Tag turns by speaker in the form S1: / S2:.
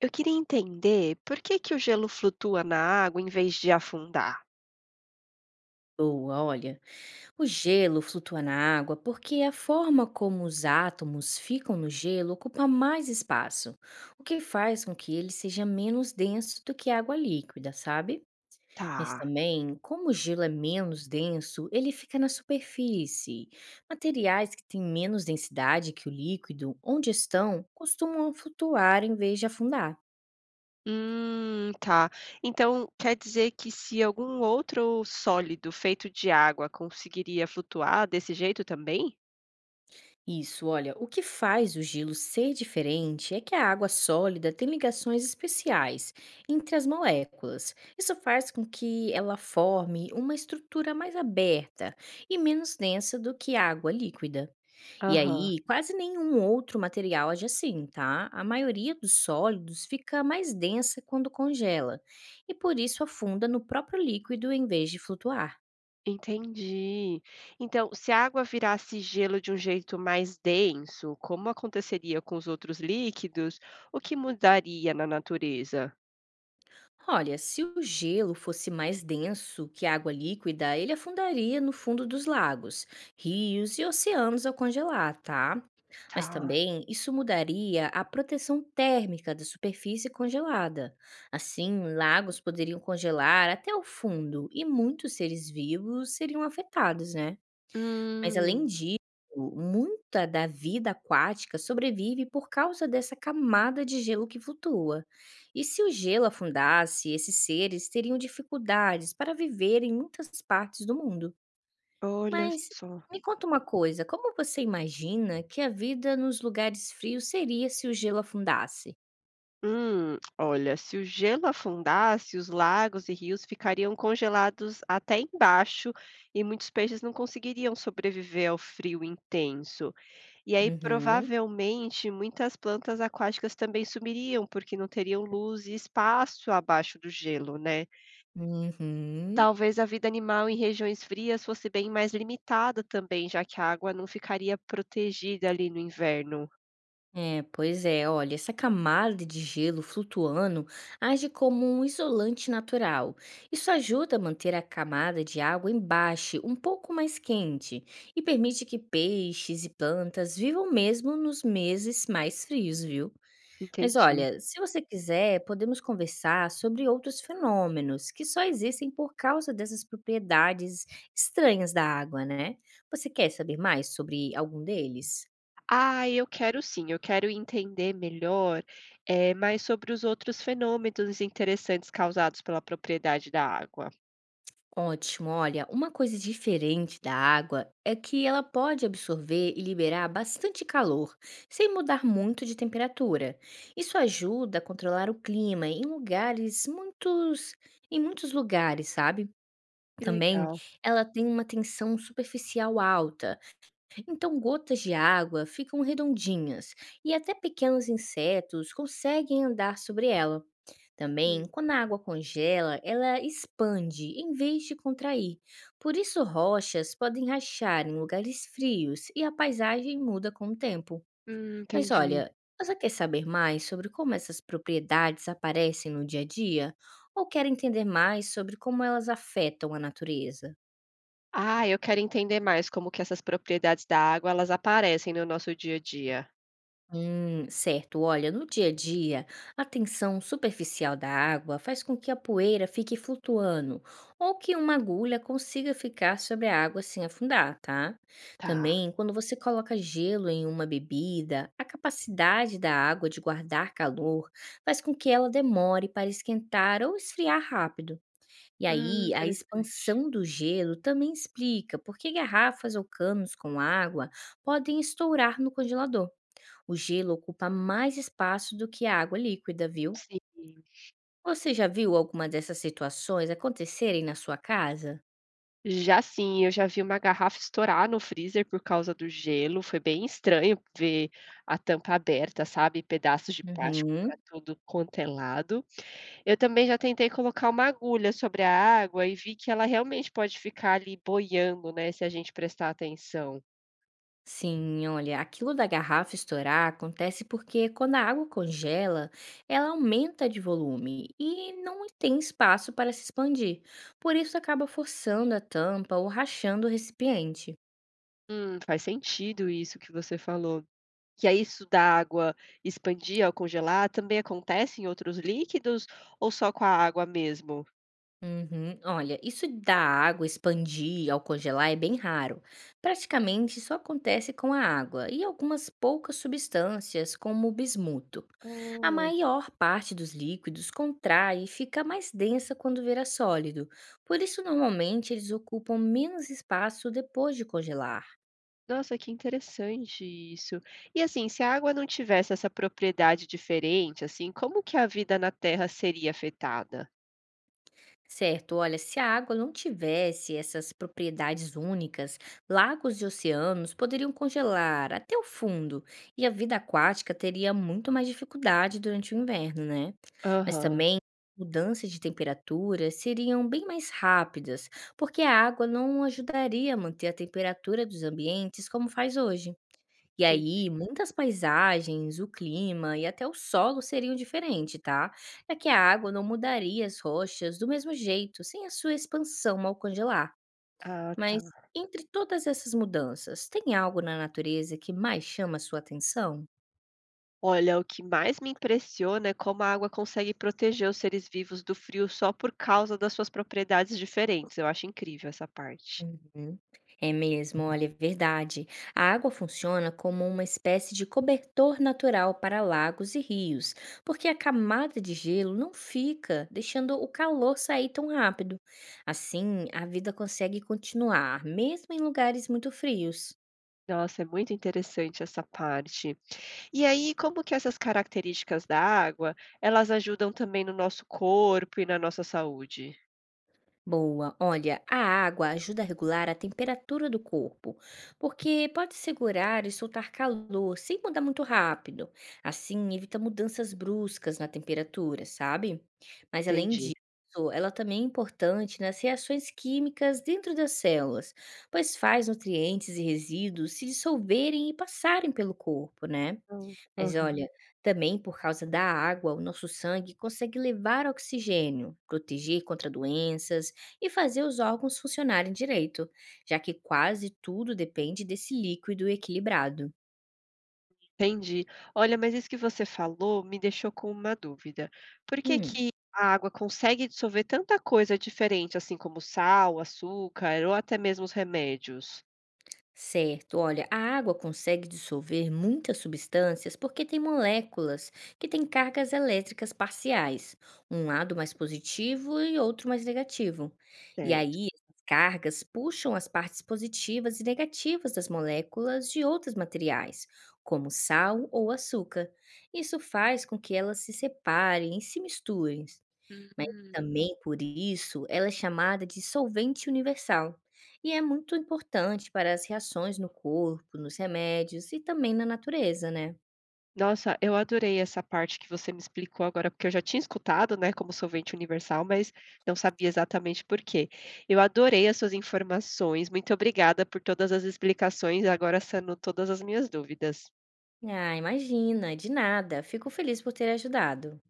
S1: Eu queria entender por que que o gelo flutua na água em vez de afundar.
S2: Boa, olha, o gelo flutua na água porque a forma como os átomos ficam no gelo ocupa mais espaço, o que faz com que ele seja menos denso do que a água líquida, sabe? Mas
S1: Tá.
S2: também, como o gelo é menos denso, ele fica na superfície. Materiais que têm menos densidade que o líquido, onde estão, costumam flutuar em vez de afundar.
S1: Tá. Então quer dizer que se algum outro sólido feito de água conseguiria flutuar desse jeito também?
S2: Isso, olha, o que faz o gelo ser diferente é que a água sólida tem ligações especiais entre as moléculas. Isso faz com que ela forme uma estrutura mais aberta e menos densa do que a água líquida. E
S1: Aham,
S2: aí, quase nenhum outro material age assim, tá? A maioria dos sólidos fica mais densa quando congela e por isso afunda no próprio líquido em vez de flutuar.
S1: entendi. Então, se a água virasse gelo de um jeito mais denso, como aconteceria com os outros líquidos, o que mudaria na natureza?
S2: Olha, se o gelo fosse mais denso que a água líquida, ele afundaria no fundo dos lagos, rios e oceanos ao congelar, tá? Mas
S1: Tá.
S2: também isso mudaria a proteção térmica da superfície congelada. Assim, lagos poderiam congelar até o fundo e muitos seres vivos seriam afetados, né? Mas além
S1: Hum.
S2: disso, muita da vida aquática sobrevive por causa dessa camada de gelo que flutua. E se o gelo afundasse, esses seres teriam dificuldades para viver em muitas partes do mundo.
S1: Olha
S2: Mas
S1: só.
S2: me conta uma coisa, como você imagina que a vida nos lugares frios seria se o gelo afundasse?
S1: Olha, se o gelo afundasse, os lagos e rios ficariam congelados até embaixo e muitos peixes não conseguiriam sobreviver ao frio intenso. E aí,
S2: Uhum.
S1: provavelmente, muitas plantas aquáticas também sumiriam, porque não teriam luz e espaço abaixo do gelo, né?
S2: Uhum.
S1: Talvez a vida animal em regiões frias fosse bem mais limitada também, já que a água não ficaria protegida ali no inverno.
S2: É, pois é, olha, essa camada de gelo flutuando age como um isolante natural. Isso ajuda a manter a camada de água embaixo, um pouco mais quente, e permite que peixes e plantas vivam mesmo nos meses mais frios, viu? Mas
S1: Entendi.
S2: olha, se você quiser, podemos conversar sobre outros fenômenos que só existem por causa dessas propriedades estranhas da água, né? Você quer saber mais sobre algum deles?
S1: Ah, eu quero sim, eu quero entender melhor, mais sobre os outros fenômenos interessantes causados pela propriedade da água.
S2: Ótimo, olha, uma coisa diferente da água é que ela pode absorver e liberar bastante calor, sem mudar muito de temperatura. Isso ajuda a controlar o clima em em muitos lugares, sabe?
S1: Que
S2: Também
S1: legal.
S2: ela tem uma tensão superficial alta, então gotas de água ficam redondinhas e até pequenos insetos conseguem andar sobre ela. Também,
S1: Hum.
S2: quando a água congela, ela expande em vez de contrair. Por isso, rochas podem rachar em lugares frios e a paisagem muda com o tempo. Mas
S1: Entendi.
S2: olha, você quer saber mais sobre como essas propriedades aparecem no dia a dia? Ou quer entender mais sobre como elas afetam a natureza?
S1: Ah, eu quero entender mais como que essas propriedades da água, elas aparecem no nosso dia a dia.
S2: Certo. Olha, no dia a dia, a tensão superficial da água faz com que a poeira fique flutuando ou que uma agulha consiga ficar sobre a água sem afundar, tá?
S1: Tá.
S2: Também, quando você coloca gelo em uma bebida, a capacidade da água de guardar calor faz com que ela demore para esquentar ou esfriar rápido. E aí, a
S1: Interessante.
S2: expansão do gelo também explica por que garrafas ou canos com água podem estourar no congelador. O gelo ocupa mais espaço do que a água líquida, viu?
S1: Sim.
S2: Você já viu alguma dessas situações acontecerem na sua casa?
S1: Já sim, eu já vi uma garrafa estourar no freezer por causa do gelo, foi bem estranho ver a tampa aberta, sabe, pedaços de plástico para
S2: Uhum.
S1: tudo quanto é lado. Eu também já tentei colocar uma agulha sobre a água e vi que ela realmente pode ficar ali boiando, né, se a gente prestar atenção.
S2: Sim, olha, aquilo da garrafa estourar acontece porque quando a água congela, ela aumenta de volume e não tem espaço para se expandir. Por isso acaba forçando a tampa ou rachando o recipiente.
S1: Faz sentido isso que você falou. E aí isso da água expandir ao congelar também acontece em outros líquidos ou só com a água mesmo?
S2: Uhum. Olha, isso da água expandir ao congelar é bem raro. Praticamente só acontece com a água e algumas poucas substâncias, como o bismuto. A
S1: Hum,
S2: maior parte dos líquidos contrai e fica mais densa quando vira sólido. Por isso, normalmente, eles ocupam menos espaço depois de congelar.
S1: nossa, que interessante isso. E assim, se a água não tivesse essa propriedade diferente, assim, como que a vida na Terra seria afetada?
S2: Certo, olha, se a água não tivesse essas propriedades únicas, lagos e oceanos poderiam congelar até o fundo e a vida aquática teria muito mais dificuldade durante o inverno, né? Mas
S1: Aham,
S2: também mudanças de temperatura seriam bem mais rápidas, porque a água não ajudaria a manter a temperatura dos ambientes como faz hoje. E
S1: entendi.
S2: aí, muitas paisagens, o clima e até o solo seriam diferentes, tá? É que a água não mudaria as rochas do mesmo jeito, sem a sua expansão ao congelar.
S1: Ah, tá.
S2: Mas entre todas essas mudanças, tem algo na natureza que mais chama a sua atenção?
S1: Olha, o que mais me impressiona é como a água consegue proteger os seres vivos do frio só por causa das suas propriedades diferentes. Eu acho incrível essa parte.
S2: Uhum. É mesmo, olha, é verdade. A água funciona como uma espécie de cobertor natural para lagos e rios, porque a camada de gelo não fica, deixando o calor sair tão rápido. Assim, a vida consegue continuar, mesmo em lugares muito frios.
S1: Nossa, é muito interessante essa parte. E aí, como que essas características da água, elas ajudam também no nosso corpo e na nossa saúde?
S2: Boa. Olha, a água ajuda a regular a temperatura do corpo, porque pode segurar e soltar calor sem mudar muito rápido. Assim, evita mudanças bruscas na temperatura, sabe? Mas além disso,
S1: Entendi.
S2: ela também é importante nas reações químicas dentro das células, pois faz nutrientes e resíduos se dissolverem e passarem pelo corpo, né? Mas
S1: Aham.
S2: olha, também por causa da água, o nosso sangue consegue levar oxigênio, proteger contra doenças e fazer os órgãos funcionarem direito, já que quase tudo depende desse líquido equilibrado.
S1: Entendi. Olha, mas isso que você falou me deixou com uma dúvida. Por que
S2: Hum.
S1: que a água consegue dissolver tanta coisa diferente, assim como sal, açúcar ou até mesmo os remédios?
S2: Certo, olha, a água consegue dissolver muitas substâncias porque tem moléculas que têm cargas elétricas parciais, um lado mais positivo e outro mais negativo. E
S1: Certo.
S2: aí, essas cargas puxam as partes positivas e negativas das moléculas de outros materiais, como sal ou açúcar. Isso faz com que elas se separem e se misturem. Mas também por isso ela é chamada de solvente universal e é muito importante para as reações no corpo, nos remédios e também na natureza, né?
S1: Nossa, eu adorei essa parte que você me explicou agora, porque eu já tinha escutado, né, como solvente universal, mas não sabia exatamente por quê. Eu adorei as suas informações. Muito obrigada por todas as explicações, agora sanou todas as minhas dúvidas.
S2: Ah, imagina, de nada. Fico feliz por ter ajudado.